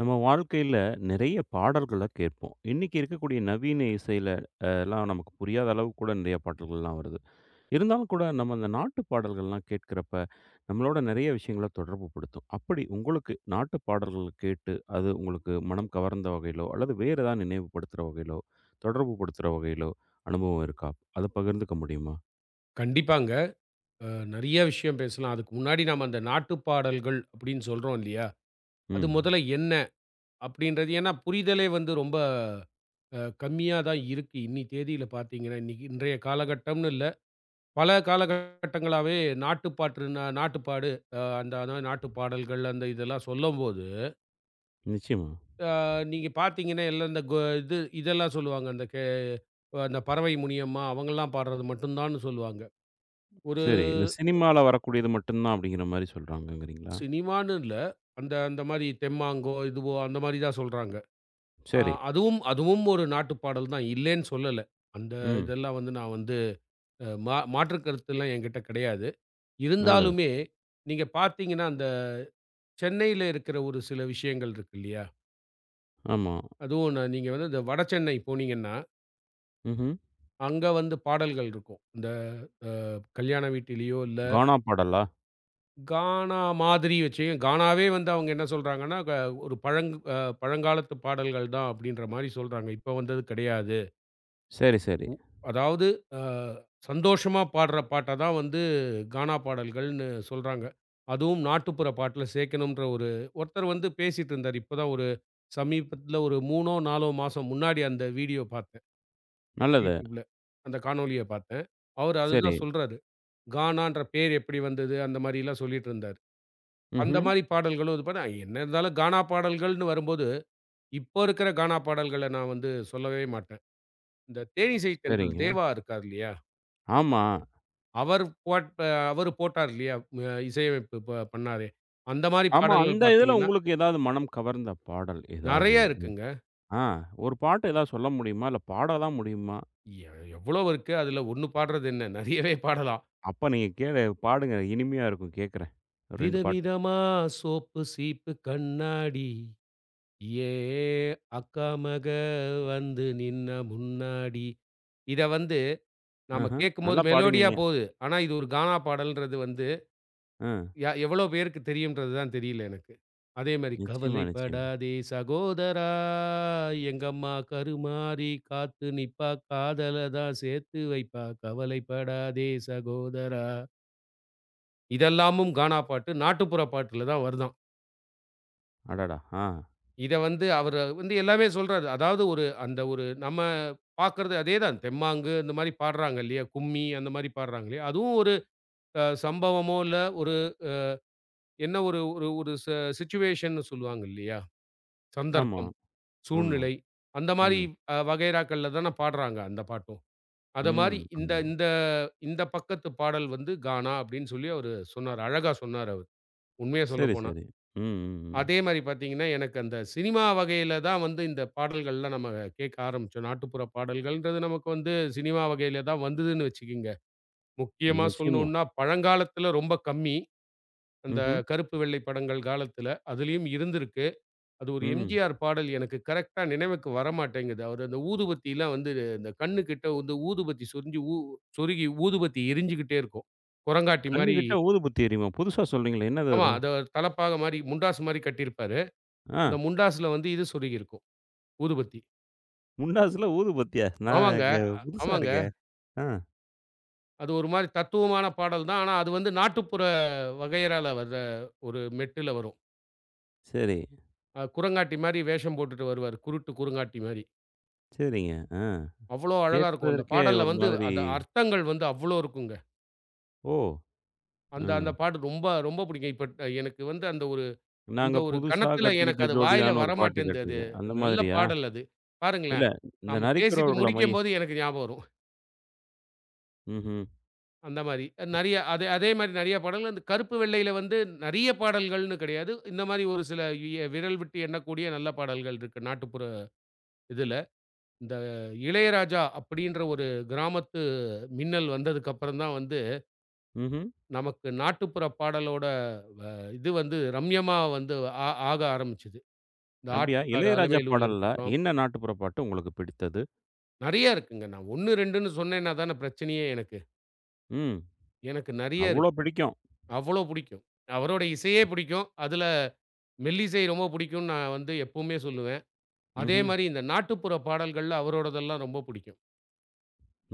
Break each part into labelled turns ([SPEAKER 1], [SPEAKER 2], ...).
[SPEAKER 1] நம்ம வாழ்க்கையில நிறைய பாடல்கள கேட்போம். இன்னைக்கு இருக்கக்கூடிய நவீன இசையில எல்லாம் நமக்கு புரியாத அளவுக்கு கூட நிறைய பாடல்கள்லாம் வருது. இருந்தாலும் கூட நம்ம அந்த நாட்டு பாடல்கள்லாம் கேட்கிறப்ப, நம்மளோட நிறைய விஷயங்கள தொடர்புபடுத்தும். அப்படி உங்களுக்கு நாட்டு பாடல்கள் கேட்டு, அது உங்களுக்கு மனம் கவர்ந்த வகையிலோ, அல்லது வேற ஏதாவது நினைவுபடுத்துற வகையிலோ, தொடர்புபடுத்துற வகையிலோ அனுபவம் இருக்கா? அத பகிர்ந்துக்க முடியுமா?
[SPEAKER 2] கண்டிப்பாங்க. அ நெறைய விஷயம் பேசலாம். அதுக்கு முன்னாடி நாம அந்த நாட்டுப் பாடல்கள் அப்படின்னு சொல்றோம் இல்லையா? அது
[SPEAKER 1] ம்.
[SPEAKER 2] முதல்ல என்ன அப்படின்றது ஏன்னா புரிதலே வந்து ரொம்ப கம்மியா தான் இருக்கு. இன்னி தேதியில பார்த்தீங்கன்னா, இன்னைக்கு இன்றைய காலகட்டம்னு இல்ல. பல காலகட்டங்களாவே நாட்டுப்பாட்டு நா நாட்டுப்பாடு அ அந்த அதான் நாட்டுப் பாடல்கள் அந்த இதெல்லாம் சொல்லும்போது,
[SPEAKER 1] நிச்சயமா.
[SPEAKER 2] அ நீங்க பார்த்தீங்கன்னா, எல்லாம் இந்த இது இதெல்லாம் சொல்லுவாங்க. அந்த பறவை முனியம்மா அவங்கலாம் பாடுறது மட்டும் தான்னு சொல்லுவாங்க. ஒரு
[SPEAKER 1] சரி. இந்த சினிமால வரக்கூடியது மட்டும் தான் அப்படிங்கிற மாரி சொல்றாங்கங்கிறீங்களா?
[SPEAKER 2] சினிமான்னு இல்ல. அந்த அந்த மாரி தெம்மாங்கோ, இதுவோ அந்த மாரி தான் சொல்றாங்க. அ
[SPEAKER 1] சரி.
[SPEAKER 2] அதுவும் அதுவும் ஒரு நாட்டுப் பாடல் தான். இல்லேன்னு சொல்லல. அந்த
[SPEAKER 1] ம்.
[SPEAKER 2] இதெல்லாம் வந்து நான் வந்து அ மா மாற்றுக் கருத்துலாம் என்கிட்ட கிடையாது.
[SPEAKER 1] நல்லது.
[SPEAKER 2] இருந்தாலுமே, நீங்க பார்த்தீங்கன்னா, அந்த சென்னையில இருக்கிற ஒரு சில விஷயங்கள் இருக்கு இல்லையா?
[SPEAKER 1] ஆமா.
[SPEAKER 2] அதுவும் நீங்க வந்து இந்த வட சென்னை போனீங்கன்னா,
[SPEAKER 1] ம்ஹ்ம்.
[SPEAKER 2] அங்க வந்து பாடல்கள் இருக்கும். இந்த அ கல்யாண வீட்டிலேயோ இல்ல
[SPEAKER 1] கானா பாடலா?
[SPEAKER 2] கானா மாதிரி வச்சு கானாவே வந்து அவங்க என்ன சொல்றாங்கன்னா, ஒரு பழங்காலத்து பாடல்கள் தான் அப்படின்ற மாரி சொல்றாங்க. இப்ப வந்தது கிடையாது.
[SPEAKER 1] சரி, சரி.
[SPEAKER 2] அதாவது அ சந்தோஷமா பாடுற பாட்ட தான் வந்து கானா பாடல்கள்னு சொல்றாங்க. அதுவும் நாட்டுப்புற பாட்டுல சேர்க்கணும்ன்ற ஒரு ஒருத்தர் வந்து பேசிட்டு இருந்தாரு. இப்ப தான் ஒரு சமீபத்தில ஒரு 3ஓ, 4ஓ மாசம் முன்னாடி அந்த வீடியோ பார்த்தேன்.
[SPEAKER 1] நல்லது.
[SPEAKER 2] YouTubeல. அந்த காணொளிய பார்த்தேன். அவரு
[SPEAKER 1] சரி.
[SPEAKER 2] அதுதான் சொல்றாரு. கானான்ற பேர் எப்படி வந்தது? அந்த மாரிலாம் சொல்லிட்டு இருந்தாரு. அந்த
[SPEAKER 1] ம்ஹ்ம்.
[SPEAKER 2] மாரி பாடல்களும் இது பண்ண என்ன இருந்தாலும் கானா பாடல்கள்னு வரும்போது, இப்போ இருக்கிற கானா பாடல்கள நான் வந்து சொல்லவே மாட்டேன். இந்த தேனிசை தென்றல்
[SPEAKER 1] சரிங்க.
[SPEAKER 2] தேவா இருக்கார் இல்லையா?
[SPEAKER 1] ஆமா.
[SPEAKER 2] அவர் போட் அவரு போட்டார் இல்லையா? இசையமைப்பு பண்ணாரே! அந்த மாரி
[SPEAKER 1] ஆமா.
[SPEAKER 2] பாடல்கள்
[SPEAKER 1] அந்த இதுல
[SPEAKER 2] பார்த்தீங்கன்னா,
[SPEAKER 1] உங்களுக்கு ஏதாவது மனம் கவர்ந்த பாடல் ஏதாவது?
[SPEAKER 2] நெறைய இருக்குங்க.
[SPEAKER 1] ஆ. ஒரு பாட்டு ஏதாவது சொல்ல முடியுமா? இல்ல பாட தான் முடியுமா?
[SPEAKER 2] எ எவ்வளோ இருக்கு. அதில ஒண்ணு பாடுறது என்ன? நெறையவே பாடலாம்.
[SPEAKER 1] அப்ப நீங்க கேளு பாடுங்க. இனிமையா இருக்கும் கேட்கிறேன். ஒரு 2 பாட்டு.
[SPEAKER 2] விதவிதமா சோப்பு, சீப்பு, கண்ணாடி. ஏ அக்கா வந்து நின்னா முன்னாடி. இத வந்து நாம
[SPEAKER 1] ஆஹ.
[SPEAKER 2] கேட்கும்போது
[SPEAKER 1] நல்லா
[SPEAKER 2] மெலோடியா
[SPEAKER 1] பாடினீங்க.
[SPEAKER 2] போகுது. ஆனா இது ஒரு கானா பாடல்ன்றது வந்து
[SPEAKER 1] ஆ.
[SPEAKER 2] எவ்வளோ பேருக்கு தெரியும்ன்றது தான் தெரியல எனக்கு. அதே மாரி
[SPEAKER 1] நிச்சயமா, நிச்சயமா.
[SPEAKER 2] "கவலைப்படாதே சகோதரா, எங்கம்மா கருமாரி காத்து நிப்பா, காதல தான் சேர்த்து வைப்பா, கவலைப்படாதே சகோதரா." இதெல்லாமும் கானா பாட்டு, நாட்டுப்புற பாட்டுல தான் வருதாம்.
[SPEAKER 1] அடடா! ஆ.
[SPEAKER 2] இத வந்து அவரு வந்து எல்லாமே சொல்றாரு. அதாவது ஒரு அந்த ஒரு நம்ம பார்க்கறது அதே தான். தெம்மாங்கு இந்த மாரி பாடுறாங்க இல்லையா? கும்மி அந்த மாரி பாடுறாங்க இல்லையா? அதுவும் ஒரு சம்பவமோ, இல்ல ஒரு என்ன ஒரு ஒரு ஒரு சிச்சுவேஷன்னு சொல்லுவாங்க இல்லையா?
[SPEAKER 1] ஆமா,
[SPEAKER 2] சந்தர்ப்பம்,
[SPEAKER 1] ஆமா.
[SPEAKER 2] சூழ்நிலை அந்த மாரி
[SPEAKER 1] ம்.
[SPEAKER 2] வகைராக்கள்ல தான பாடுறாங்க அந்த பாட்டும். அத
[SPEAKER 1] ம்.
[SPEAKER 2] மாரி இந்த
[SPEAKER 1] ஆமா.
[SPEAKER 2] இந்த இந்த பக்கத்து பாடல் வந்து கானா அப்படின்னு சொல்லி அவரு சொன்னாரு. அழகா சொன்னாரு அவரு. உண்மைய
[SPEAKER 1] சரி,
[SPEAKER 2] சொல்லப்போனா.
[SPEAKER 1] சரி. ம், ம், ம்.
[SPEAKER 2] அதே மாரி பார்த்தீங்கன்னா, எனக்கு அந்த சினிமா வகையில தான் வந்து இந்த பாடல்கள்லாம் நம்ம கேட்க ஆரம்பிச்சோம். நாட்டுப்புற பாடல்கள்ன்றது நமக்கு வந்து சினிமா வகையில தான் வந்ததுன்னு வச்சுக்கங்க. முக்கியமா
[SPEAKER 1] நிச்சயமா.
[SPEAKER 2] சொல்லணும்னா பழங்காலத்துல ரொம்ப கம்மி. அந்த
[SPEAKER 1] ம்ஹ்ம்.
[SPEAKER 2] கருப்பு வெள்ளை படங்கள் காலத்துல. அதுலயும் இருந்திருக்கு. அது ஒரு
[SPEAKER 1] ம்.
[SPEAKER 2] எம்ஜிஆர் பாடல் எனக்கு கரெக்ட்டா நினைவுக்கு வரமாட்டேங்குது. அவரு அந்த ஊதுபத்திலாம் வந்து இந்த கண்ணு கிட்ட வந்து ஊதுபத்தி சொரிஞ்சு ஊ சொருகி ஊதுபத்தி எரிஞ்சுகிட்டே இருக்கும். குரங்காட்டி மாரி
[SPEAKER 1] கண்ணுக்கிட்ட ஊதுபத்தி எரியுமா? புதுசா சொல்றீங்களே! என்னது
[SPEAKER 2] ஆமா.
[SPEAKER 1] அது?
[SPEAKER 2] அத தலப்பாக மாரி முண்டாசு மாரி கட்டியிருப்பாரு.
[SPEAKER 1] ஆ.
[SPEAKER 2] அந்த முண்டாசுல வந்து இது சொருகியிருக்கும். ஊதுபத்தி.
[SPEAKER 1] முண்டாசுல ஊதுபத்தியா? நான்
[SPEAKER 2] ஆமாங்க,
[SPEAKER 1] புதுசா
[SPEAKER 2] ஆமாங்க.
[SPEAKER 1] இருக்கே! ஆ.
[SPEAKER 2] அது ஒரு மாரி தத்துவமான பாடல் தான். ஆனா, அது வந்து நாட்டுப்புற வகையறால வர்ற ஒரு மெட்டுல வரும்.
[SPEAKER 1] சரி,
[SPEAKER 2] குரங்காட்டி மாரி வேஷம் போட்டுட்டு வருவாரு. குருட்டு குரங்காட்டி மாரி.
[SPEAKER 1] சரிங்க. ஆ.
[SPEAKER 2] அவ்ளோ அழகா இருக்கும். அந்த
[SPEAKER 1] கேட்பதற்கே
[SPEAKER 2] பாடல்ல
[SPEAKER 1] ஒரு
[SPEAKER 2] வந்து
[SPEAKER 1] மாதிரி
[SPEAKER 2] அந்த அர்த்தங்கள் வந்து அவ்ளோ இருக்குங்க.
[SPEAKER 1] ஓ!
[SPEAKER 2] அந்த அந்த
[SPEAKER 1] ம்.
[SPEAKER 2] பாட்டு ரொம்ப ரொம்ப பிடிக்கும். இப்ப எனக்கு வந்து அந்த ஒரு இந்த
[SPEAKER 1] நாங்க
[SPEAKER 2] ஒரு
[SPEAKER 1] புதுசா
[SPEAKER 2] கணத்துல எனக்கு
[SPEAKER 1] கட்டிக்கிட்ட
[SPEAKER 2] அது வாயில
[SPEAKER 1] ஜோடிதான்னு ஒரு பாட்டு
[SPEAKER 2] வரமாட்டேன்து அது.
[SPEAKER 1] கேட்டிருக்கேன். அந்த
[SPEAKER 2] நல்ல
[SPEAKER 1] மாதிரியா?
[SPEAKER 2] பாடல் அது.
[SPEAKER 1] இல்ல
[SPEAKER 2] பாருங்களேன்.
[SPEAKER 1] இந்த
[SPEAKER 2] நாம பேசிட்டு
[SPEAKER 1] நரிக்கிறவர்கள மைய
[SPEAKER 2] முடிக்கும்போது எனக்கு ஞாபகம் வரும்.
[SPEAKER 1] ம்ஹ்ம்,
[SPEAKER 2] அந்த மாரி. நெறைய அதே அதே மாரி நெறைய பாடல்கள். அந்த கருப்பு வெள்ளையில வந்து நெறைய பாடல்கள்னு கிடையாது. இந்த மாரி ஒரு சில விரல் விட்டு எண்ணக்கூடிய நல்ல பாடல்கள் இருக்கு. நாட்டுப்புற இதுல. இந்த இளையராஜா அப்படின்ற ஒரு கிராமத்து மின்னல் வந்ததுக்கு அப்புறம் தான் வந்து,
[SPEAKER 1] ம்ஹ்ம்.
[SPEAKER 2] நமக்கு நாட்டுப்புற பாடலோட இது வந்து ரம்யமா வந்து ஆக ஆரம்பிச்சது. இந்த
[SPEAKER 1] அப்படியா?
[SPEAKER 2] ஆட்டுக்காரு
[SPEAKER 1] இளையராஜா
[SPEAKER 2] அலமேலுல
[SPEAKER 1] பாடல்ல
[SPEAKER 2] இருக்கட்டும்.
[SPEAKER 1] என்ன நாட்டுப்புற பாட்டு உங்களுக்கு பிடித்தது?
[SPEAKER 2] நெறைய இருக்குங்க. நான் 1, 2ன்னு சொன்னேன்னா தானே பிரச்சனையே எனக்கு.
[SPEAKER 1] ம்.
[SPEAKER 2] எனக்கு நெறைய
[SPEAKER 1] அவ்ளோ
[SPEAKER 2] இருக்கு.
[SPEAKER 1] பிடிக்கும்.
[SPEAKER 2] அவ்வளோ புடிக்கும். அவரோட இசையே பிடிக்கும். அதுல மெல்லிசை ரொம்ப பிடிக்கும்னு நான் வந்து எப்பவுமே சொல்லுவேன். அதே
[SPEAKER 1] ம்ஹ்ம்.
[SPEAKER 2] மாரி இந்த நாட்டுப்புற பாடல்கள்ல அவரோடதெல்லாம் ரொம்ப பிடிக்கும்.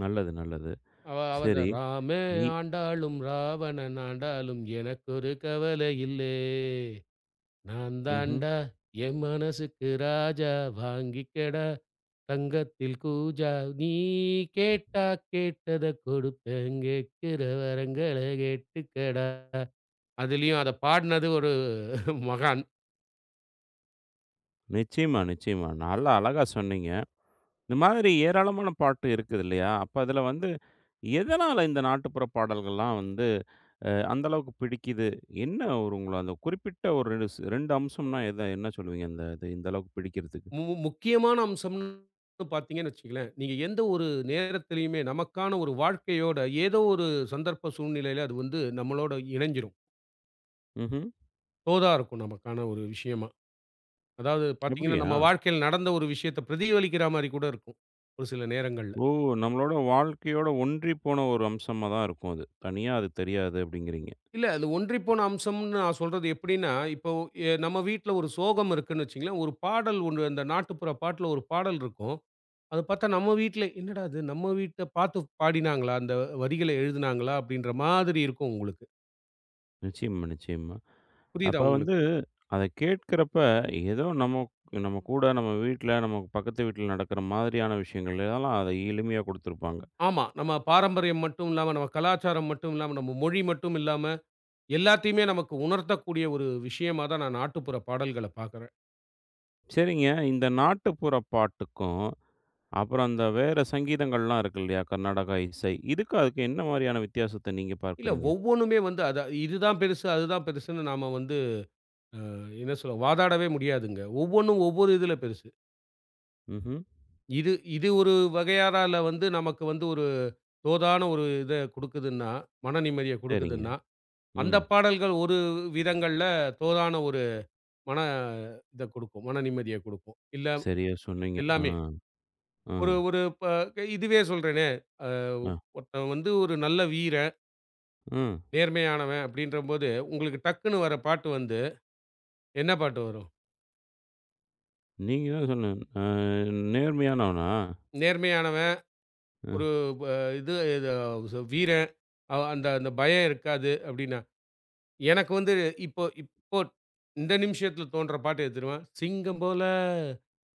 [SPEAKER 1] நல்லது, நல்லது.
[SPEAKER 2] அவர்த
[SPEAKER 1] சரி.
[SPEAKER 2] "ராமே
[SPEAKER 1] இ
[SPEAKER 2] ஆண்டாலும் ராவணன் ஆண்டாலும் எனக்கொரு கவலை இல்லே. நான்
[SPEAKER 1] ம்ஹ்ம்.
[SPEAKER 2] தான்டா என் மனசுக்கு ராஜா வாங்கிக்கடா. தங்கத்தில் கூஜா நீ கேட்டா கேட்டத கொடுப்பேன் கேட்கிற வரங்கள கேட்டுக்கடா." அதுலயும் அத பாடுனது ஒரு மகான்.
[SPEAKER 1] நிச்சயமா, நிச்சயமா. நல்லா அழகா சொன்னீங்க. இந்த மாதிரி ஏராளமான பாட்டு இருக்குது இல்லையா? அப்ப அதுல வந்து எதனால இந்த நாட்டுப்புற பாடல்கள்லாம் வந்து அந்த அளவுக்கு பிடிக்குது? என்ன ஒரு உங்கள அந்த குறிப்பிட்ட ஒரு 2 2 அம்சம்னா எத என்ன சொல்லுவீங்க? அந்த இது இந்த அளவுக்கு பிடிக்கிறதுக்கு?
[SPEAKER 2] முக்கியமான அம்சம்ன்னு பார்த்தீங்கன்னு வச்சுக்கங்களேன், நீங்க எந்த ஒரு நேரத்திலயுமே நமக்கான ஒரு வாழ்க்கையோட ஏதோ ஒரு சந்தர்ப்ப சூழ்நிலையில அது வந்து நம்மளோட இணைஞ்சிரும்.
[SPEAKER 1] ம்ஹ்ம்.
[SPEAKER 2] தோதா இருக்கும் நமக்கான ஒரு விஷயமா. அதாவது பார்த்தீங்கன்னா,
[SPEAKER 1] அப்படியா?
[SPEAKER 2] நம்ம வாழ்க்கையில நடந்த ஒரு விஷயத்த பிரதிபலிக்கிற மாரி கூட இருக்கும். ஒரு சில நேரங்கள்ல.
[SPEAKER 1] ஓ! நம்மளோட வாழ்க்கையோட ஒன்றி போன ஒரு அம்சமா தான் இருக்கும் அது. தனியா அது தெரியாது அப்படிங்கிறீங்க.
[SPEAKER 2] இல்ல, அது ஒன்றிப்போன அம்சம்ன்னு நான் சொல்றது எப்படின்னா, இப்போ நம்ம வீட்ல ஒரு சோகம் இருக்குன்னு வச்சுக்கங்களேன், ஒரு பாடல் ஒண்ணு அந்த நாட்டுப்புற பாட்டுல ஒரு பாடல் இருக்கும். அது பார்த்தா நம்ம வீட்ல, "என்னடா இது நம்ம வீட்ட பார்த்து பாடினாங்களா? அந்த வரிகள எழுதுனாங்களா?" அப்படின்ற மாதிரி இருக்கும் உங்களுக்கு.
[SPEAKER 1] நிச்சயமா, நிச்சயமா.
[SPEAKER 2] புரியுதா
[SPEAKER 1] அப்ப வந்து
[SPEAKER 2] உங்களுக்கு?
[SPEAKER 1] அத கேட்கிறப்ப ஏதோ நம்ம நம்ம கூட நம்ம வீட்ல, நமக்கு பக்கத்து வீட்ல நடக்கிற மாதிரியான விஷயங்கள் எல்லாம் அத எளிமையா குடுத்திருப்பாங்க.
[SPEAKER 2] ஆமா. நம்ம பாரம்பரியம் மட்டும் இல்லாம, நம்ம கலாச்சாரம் மட்டும் இல்லாம, நம்ம மொழி மட்டும் இல்லாம, எல்லாத்தையுமே நமக்கு உணர்த்தக்கூடிய ஒரு விஷயமா தான் நான் நாட்டுப்புற பாடல்கள பார்க்குறேன்.
[SPEAKER 1] சரிங்க. இந்த நாட்டுப்புற பாட்டுக்கும், அப்புறம் அந்த வேற சங்கீதங்கள்லாம் இருக்கு இல்லையா? கர்நாடகா இசை. இதுக்கும் அதுக்கும் என்ன மாரியான வித்தியாசத்த நீங்க
[SPEAKER 2] இல்ல
[SPEAKER 1] பார்க்குறீங்க?
[SPEAKER 2] ஒவ்வொன்னுமே வந்து அத இதுதான் பெருசு, அதுதான் பெருசுன்னு நாம வந்து என்ன சொல்ல வாதாடவே முடியாதுங்க. ஒவ்வொன்னும் ஒவ்வொரு இதுல பெருசு.
[SPEAKER 1] ம்ஹ்ம்.
[SPEAKER 2] இது இது ஒரு வகையாரால வந்து நமக்கு வந்து ஒரு தோதான ஒரு இத குடுக்குதுன்னா, மன நிம்மதிய
[SPEAKER 1] சரிங்க.
[SPEAKER 2] குடுக்குதுன்னா, அந்த
[SPEAKER 1] ம்.
[SPEAKER 2] பாடல்கள் ஒரு விதங்கள்ல தோதான ஒரு மன இத குடுக்கும். மன நிம்மதிய குடுக்கும். இல்ல
[SPEAKER 1] சரியா சொன்னீங்க. ஆ,
[SPEAKER 2] எல்லாமே.
[SPEAKER 1] ஆ,
[SPEAKER 2] ஒரு ஒரு இதுவே சொல்றேனே, அ
[SPEAKER 1] ஆ,
[SPEAKER 2] ஒருத்தன் வந்து ஒரு நல்ல வீரன்,
[SPEAKER 1] ம்.
[SPEAKER 2] நேர்மையானவன் அப்படின்றபோது உங்களுக்கு டக்குன்னு வர பாட்டு வந்து என்ன பாட்டு வரும்?
[SPEAKER 1] நீங்க தான் சொல்லணும். நேர்மையானவனா?
[SPEAKER 2] நேர்மையானவன்
[SPEAKER 1] அ,
[SPEAKER 2] ஒரு ப இது இது வீரன். அ அந்த அந்த பயம் இருக்காது அப்டின்னா, எனக்கு வந்து இப்போ இப்போ இந்த நிமிஷத்துல தோன்ற பாட்டு எது தெரியுமா? "சிங்கம் போல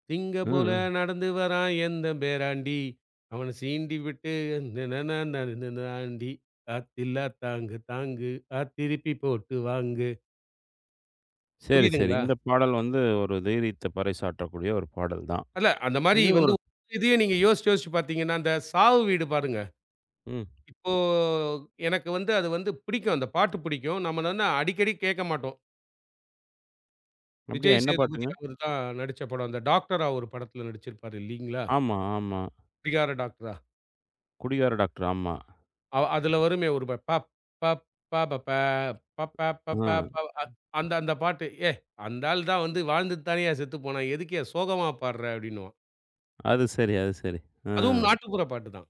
[SPEAKER 2] சிங்கம் போல
[SPEAKER 1] ம்.
[SPEAKER 2] நடந்து வரான் எந்தன் பேராண்டி. அவன சீண்டி விட்டு நனனனனனாண்டி. ஆத்தில்லா தாங்கு தாங்கு ஆ திருப்பி போட்டு வாங்கு."
[SPEAKER 1] சரி, சரி.
[SPEAKER 2] புரியுதுங்களா?
[SPEAKER 1] இந்த பாடல் வந்து ஒரு தைரியத்த பறைசாற்றக்கூடிய ஒரு பாடல் தான்.
[SPEAKER 2] அல்ல அந்த மாரி
[SPEAKER 1] இது
[SPEAKER 2] வந்து
[SPEAKER 1] ஒரு
[SPEAKER 2] இதையும் நீங்க யோசிச்சு யோசிச்சு பார்த்தீங்கன்னா, அந்த சாவு வீடு பாருங்க.
[SPEAKER 1] ம்.
[SPEAKER 2] இப்போ எனக்கு வந்து அது வந்து பிடிக்கும். அந்த பாட்டு பிடிக்கும். நம்ம வந்து அடிக்கடி கேட்க மாட்டோம்.
[SPEAKER 1] அப்படியா?
[SPEAKER 2] விஜய்
[SPEAKER 1] என்ன
[SPEAKER 2] சேதுபதி
[SPEAKER 1] பாட்டுங்க?
[SPEAKER 2] அவரு தான் நடிச்ச படம். அந்த டாக்டரா ஒரு படத்துல நடிச்சிருப்பாரு இல்லீங்களா?
[SPEAKER 1] ஆமா, ஆமா.
[SPEAKER 2] குடிகார டாக்டரா.
[SPEAKER 1] குடிகார டாக்டர். ஆமா.
[SPEAKER 2] அதுல வருமே ஒரு ப பப் பப் ப ப ப ப ப ப ப
[SPEAKER 1] அ.
[SPEAKER 2] ப அ அந்த அந்த பாட்டு. "ஏய்! அந்த ஆள் தான் வந்து வாழ்ந்துட்டு தானயா செத்து போனான். எதுக்குய்யா சோகமா பாடுற?" அப்படின்னுவான்.
[SPEAKER 1] அது சரி, அது சரி. அ.
[SPEAKER 2] அதுவும் நாட்டுப்புற பாட்டு தான்.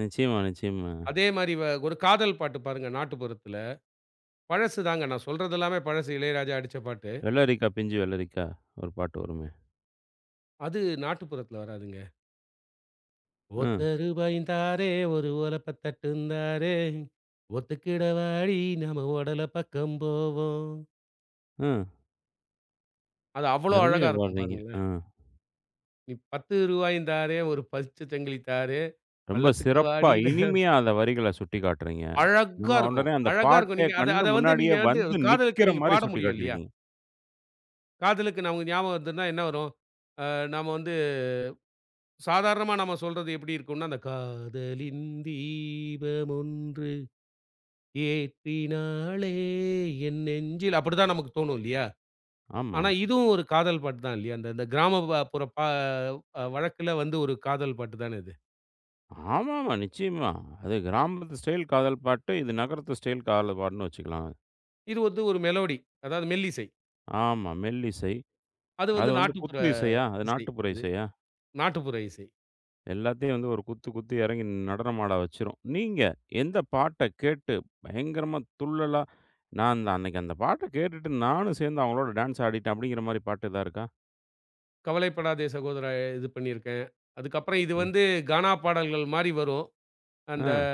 [SPEAKER 1] நிச்சயமா, நிச்சயமா.
[SPEAKER 2] அதே மாரி ஒரு காதல் பாட்டு பாருங்க நாட்டுப்புறத்துல. பழசு தாங்க. நான் சொல்றது எல்லாமே பழசு. இளையராஜா அடிச்ச பாட்டு.
[SPEAKER 1] "வெள்ளரிக்கா பிஞ்சு வெள்ளரிக்கா" ஒரு பாட்டு வருமே.
[SPEAKER 2] அது நாட்டுப்புறத்துல வராதுங்க. "ஒத்த
[SPEAKER 1] ம்,
[SPEAKER 2] ரூபாயுந்தாரே ஒரு ஓலப்ப தட்டுந்தாரே ஒத்துக்கிடவாடி நம்ம உடல பக்கம் போவோம்."
[SPEAKER 1] ம்.
[SPEAKER 2] அது அவ்வளோ அழகா
[SPEAKER 1] அருமையா
[SPEAKER 2] இருக்கும்
[SPEAKER 1] பாடுறீங்க.
[SPEAKER 2] பாருங்களேன்.
[SPEAKER 1] ஆ.
[SPEAKER 2] "நீ ரூ. 10 ஒரு பச்ச சங்கிலி தாரே,
[SPEAKER 1] ரொம்ப
[SPEAKER 2] பள்ளத்துக்கு
[SPEAKER 1] சிறப்பா,
[SPEAKER 2] வாடின்னு"
[SPEAKER 1] இனிமையா அந்த வரிகள சுட்டிக்காட்டுறீங்க.
[SPEAKER 2] அழகா
[SPEAKER 1] நம்ம
[SPEAKER 2] இருக்கும்.
[SPEAKER 1] உடனே அந்த
[SPEAKER 2] அழகா இருக்கும்.
[SPEAKER 1] பாட்டே
[SPEAKER 2] நீங்க அத
[SPEAKER 1] கண்ணு
[SPEAKER 2] அத வந்து
[SPEAKER 1] முன்னாடியே
[SPEAKER 2] நீங்க வந்து
[SPEAKER 1] வந்து நிக்கிற
[SPEAKER 2] காதலுக்கு நீங்க
[SPEAKER 1] மாரி
[SPEAKER 2] பாட முடியும் இல்லையா?
[SPEAKER 1] சுட்டிக்காட்டியிருக்கீங்க.
[SPEAKER 2] காதலுக்கு நமக்கு ஞாபகம் வருதுன்னா என்ன வரும்? நாம வந்து சாதாரணமா நம்ம சொல்றது எப்படி இருக்கும்னா, "அந்த காதலின் தீபம் ஒன்று ஏற்றினாளே என் நெஞ்சில்" அப்படிதான் நமக்கு தோணும் இல்லையா?
[SPEAKER 1] ஆமா.
[SPEAKER 2] ஆனா, இதுவும் ஒரு காதல் பாட்டு தான் இல்லையா? அந்த அந்த கிராமப்புற பா அ வழக்குல வந்து ஒரு காதல் பாட்டு தானே இது.
[SPEAKER 1] ஆமாமா, நிச்சயமா. அது கிராமத்து ஸ்டைல் காதல் பாட்டு, இது நகரத்து ஸ்டைல் காதல் பாட்டுன்னு வச்சுக்கலாம்.
[SPEAKER 2] இது வந்து ஒரு மெலோடி. அதாவது மெல்லிசை.
[SPEAKER 1] ஆமா, மெல்லிசை.
[SPEAKER 2] அது வந்து
[SPEAKER 1] அது வந்து
[SPEAKER 2] நாட்டுப்புற
[SPEAKER 1] குத்து இசையா? அது
[SPEAKER 2] இசை
[SPEAKER 1] நாட்டுப்புற
[SPEAKER 2] அது.
[SPEAKER 1] இசையா?
[SPEAKER 2] நாட்டுப்புற இசை.
[SPEAKER 1] எல்லாத்தையும் வந்து ஒரு குத்து, குத்து இறங்கி நடனம் ஆட வச்சுரும். நீங்க எந்த பாட்ட கேட்டு பயங்கரமா துள்ளலா, நான் அந்த அன்னைக்கு அந்த பாட்ட கேட்டுட்டு நானும் சேர்ந்து அவங்களோட டான்ஸ் ஆடிட்டேன் அப்படிங்கிற மாரி பாட்டு எதா இருக்கா?
[SPEAKER 2] "கவலைப்படாதே சகோதரா" இது பண்ணியிருக்கேன். அதுக்கப்புறம் இது
[SPEAKER 1] ம்.
[SPEAKER 2] வந்து கானா பாடல்கள் மாரி வரும். அந்த
[SPEAKER 1] ஆ.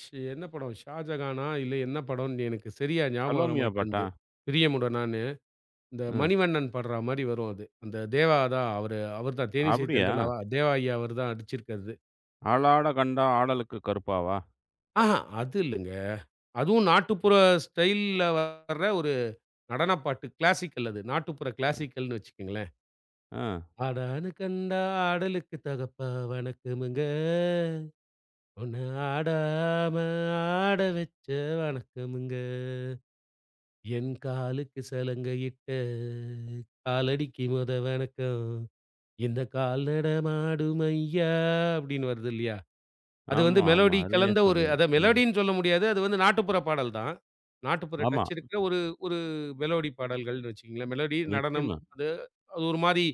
[SPEAKER 2] ஷ் என்ன படம்? ஷாஜகானா? இல்ல என்ன படம்னு எனக்கு சரியா ஞாபகம் வர
[SPEAKER 1] சலோமியா பாட்டா?
[SPEAKER 2] மாட்டேன்து. பிரியமுடனான்னு. இந்த
[SPEAKER 1] ம்.
[SPEAKER 2] மணிவண்ணன் பாடுறா மாரி வரும் அது. அந்த தேவா தான் அவர் தான் தேனிசை
[SPEAKER 1] அப்படியா?
[SPEAKER 2] தென்றல் தேவா ஐயா அவர் தான் அடிச்சிருக்காரு.
[SPEAKER 1] "ஆளாட கண்டா ஆடலுக்கு கருப்பாவா?"
[SPEAKER 2] ஆஹா, அது இல்லங்க. அதுவும் நாட்டுப்புற ஸ்டைல்ல வர்ற ஒரு நடனப் பாட்டு. கிளாசிக்கல் அது. நாட்டுப்புற கிளாசிக்கல்னு வச்சுக்கங்களேன்.
[SPEAKER 1] அ.
[SPEAKER 2] "ஆடான்னு கண்டா ஆடலுக்கு தகப்பா வணக்கமுங்க. உன்ன ஆடாம ஆட வச்ச வணக்கமுங்க. என் காலுக்கு சலங்கையிட்ட காலடிக்கு மொத வணக்கம். இந்த கால் நடமாடும் ஐயா" அப்படின்னு வருது இல்லையா? அது வந்து
[SPEAKER 1] ஆமா, ஆமா.
[SPEAKER 2] மெலோடி
[SPEAKER 1] அருமையா
[SPEAKER 2] கலந்த ஒரு
[SPEAKER 1] சொன்னீங்க.
[SPEAKER 2] அதான்
[SPEAKER 1] ம்.
[SPEAKER 2] மெலோடின்னு சொல்ல முடியாது. அது வந்து நாட்டுப்புற பாடல் தான். நாட்டுப்புற
[SPEAKER 1] ஆமா.
[SPEAKER 2] டச் இருக்கிற ஒரு ஒரு மெலோடி பாடல்கள்னு வச்சுக்கங்களேன். மெலோடி, நடனம்
[SPEAKER 1] நிச்சயமா.
[SPEAKER 2] அது அது ஒரு மாரி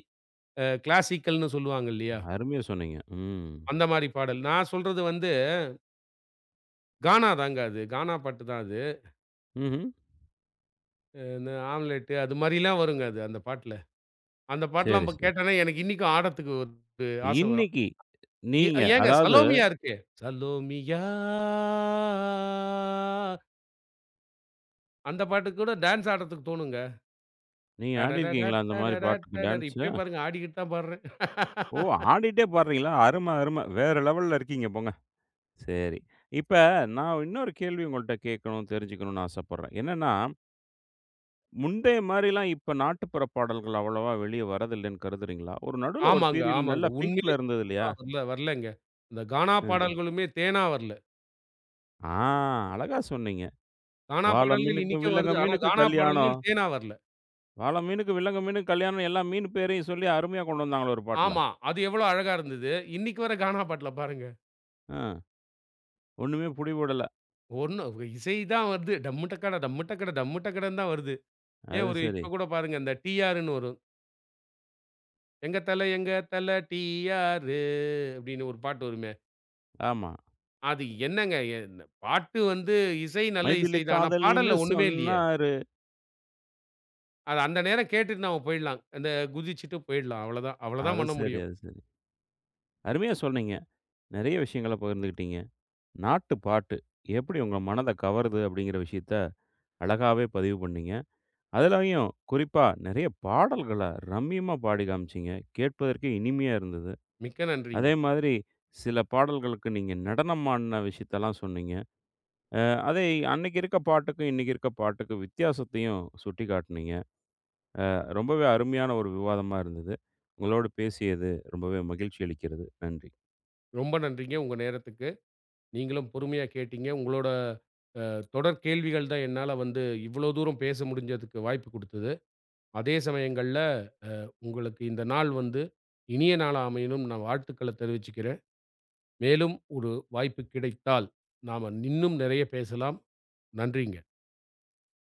[SPEAKER 2] கிளாசிக்கல்னு சொல்லுவாங்க இல்லையா?
[SPEAKER 1] அருமையா சொன்னீங்க. ம்.
[SPEAKER 2] அந்த மாரி பாடல். நான் சொல்றது வந்து கானா தாங்க அது. கானா பாட்டு தான் அது.
[SPEAKER 1] ம்ஹ்ம்.
[SPEAKER 2] இந்த ஆம்லெட் அது மாரிலாம் வருங்க அது அந்த பாட்டுல. அந்த பாட்டெல்லாம்
[SPEAKER 1] சரி,
[SPEAKER 2] இப்ப
[SPEAKER 1] சரி.
[SPEAKER 2] கேட்டேன்னா எனக்கு இன்னிக்கும் ஆடறதுக்கு ஒரு ஆசை வரும்.
[SPEAKER 1] இன்னைக்கு
[SPEAKER 2] ஏ
[SPEAKER 1] நீங்க
[SPEAKER 2] ஏங்க
[SPEAKER 1] அதாவது
[SPEAKER 2] சலோமியா இருக்கே. சலோமியா அந்த பாட்டுக்கு கூட டான்ஸ் ஆடுறதுக்கு தோணுங்க.
[SPEAKER 1] நீங்க ஆடியிருக்கீங்களா அந்த மாரி பாட்டுக்கு
[SPEAKER 2] டடடடடடடடடர்
[SPEAKER 1] டான்ஸு?
[SPEAKER 2] இப்பயே பாருங்க ஆடிக்கிட்டு தான் பாடுறேன்.
[SPEAKER 1] ஓ! ஆடிட்டே பாடுறீங்களா? அரும, அரும. வேற லெவல்ல இருக்கீங்க போங்க. சரி. இப்ப நான் இன்னொரு கேள்வி உங்கள்ட்ட கேட்கணும், தெரிஞ்சுக்கணும்னு ஆசைப்படுறேன். என்னன்னா, முந்தைய மாரிலாம் இப்ப நாட்டுப்புற பாடல்கள் அவ்வளவா வெளிய வரதில்லன்னு கருதுறீங்களா? ஒரு நடுவுல ஒரு
[SPEAKER 2] ஆமாங்க,
[SPEAKER 1] பீரியட்ல
[SPEAKER 2] ஆமாங்க.
[SPEAKER 1] நல்லா
[SPEAKER 2] உண்மையே
[SPEAKER 1] பீக்ல இருந்தது இல்லையா?
[SPEAKER 2] சொல்லணும்னா வரலங்க. இந்த கானா ம்.
[SPEAKER 1] ம்.
[SPEAKER 2] பாடல்களுமே தேனா வரல.
[SPEAKER 1] ஆ. அழகா சொன்னீங்க.
[SPEAKER 2] கானா
[SPEAKER 1] வாள
[SPEAKER 2] பாடல்கள்
[SPEAKER 1] மீனுக்கு,
[SPEAKER 2] இன்னிக்கும்
[SPEAKER 1] வில்லங்க
[SPEAKER 2] வருது. ஆனா
[SPEAKER 1] மீனுக்கு
[SPEAKER 2] கானா
[SPEAKER 1] கல்யாணம்.
[SPEAKER 2] பாடல்கள் தேனா வரல.
[SPEAKER 1] வாள மீனுக்கு, வில்லங்க மீனுக்கு கல்யாணம்னு எல்லா மீன் பேரையும் சொல்லி அருமையா கொண்டு வந்தாங்களே ஒரு பாட்டுல.
[SPEAKER 2] ஆமா. அது எவ்வளோ அழகா இருந்தது. இன்னைக்கு வர கானா பாட்டுல பாருங்க.
[SPEAKER 1] ஆ. ஒண்ணுமே புடிபடல.
[SPEAKER 2] ஒண்ணு இசை தான் வருது. டம்மு டக்கடா, டம்மு டக்கட, டம்மு டக்கடன்னு தான் வருது. ஏன்
[SPEAKER 1] அது
[SPEAKER 2] ஒரு
[SPEAKER 1] சரி.
[SPEAKER 2] இப்ப கூட பாருங்க இந்த டிஆர்ன்னு வரும். "எங்க தல எங்க தல டிஆரு" அப்படின்னு ஒரு பாட்டு வருமே.
[SPEAKER 1] ஆமா.
[SPEAKER 2] அது என்னங்க? என் பாட்டு வந்து இசை நல்ல
[SPEAKER 1] மைதிலி
[SPEAKER 2] இசை தான். ஆனா
[SPEAKER 1] காதலின்னு
[SPEAKER 2] பாடல்ல ஒண்ணுமே இல்லயே!
[SPEAKER 1] சொன்னாரு.
[SPEAKER 2] அது அந்த நேரம் கேட்டுட்டு நாம போயிடலாம். அந்த குதிச்சுட்டு போயிடலாம். அவ்வளதான். அவ்வளதான்
[SPEAKER 1] அது
[SPEAKER 2] பண்ண
[SPEAKER 1] சரி,
[SPEAKER 2] முடியும்.
[SPEAKER 1] அது சரி. அருமையா சொன்னீங்க. நெறைய விஷயங்கள பகிர்ந்துக்கிட்டீங்க. நாட்டு பாட்டு எப்படி உங்க மனத கவருது அப்படிங்கிற விஷயத்த அழகாவே பதிவு பண்ணீங்க. அதுலயும் குறிப்பா நெறைய பாடல்கள ரம்மியமா பாடி காமிச்சீங்க. கேட்பதற்கே இனிமையா இருந்தது.
[SPEAKER 2] மிக்க நன்றிங்க.
[SPEAKER 1] அதே மாதிரி சில பாடல்களுக்கு நீங்க நடனம் ஆடுன விஷயத்தலாம் சொன்னீங்க. அ அதை அன்னைக்கு இருக்க பாட்டுக்கும், இன்னைக்கு இருக்க பாட்டுக்கும் வித்தியாசத்தையும் சுட்டிக்காட்டுனீங்க. ரொம்பவே அருமையான ஒரு விவாதமா இருந்தது. உங்களோடு பேசியது ரொம்பவே மகிழ்ச்சி அளிக்கிறது. நன்றி.
[SPEAKER 2] ரொம்ப நன்றிங்க உங்க நேரத்துக்கு. நீங்களும் பொறுமையா கேட்டீங்க. உங்களோட அ தொடர் கேள்விகள் தான் என்னால வந்து இவ்வளோ தூரம் பேச முடிஞ்சதுக்கு வாய்ப்பு குடுத்தது. அதே சமயங்கள்ல உங்களுக்கு இந்த நாள் வந்து இனிய நாளா அமையணும்னு நான் வாழ்த்துக்கள தெரிவிச்சுக்கிறேன். மேலும் ஒரு வாய்ப்பு கிடைத்தால் நாம இன்னும் நெறைய பேசலாம். நன்றிங்க.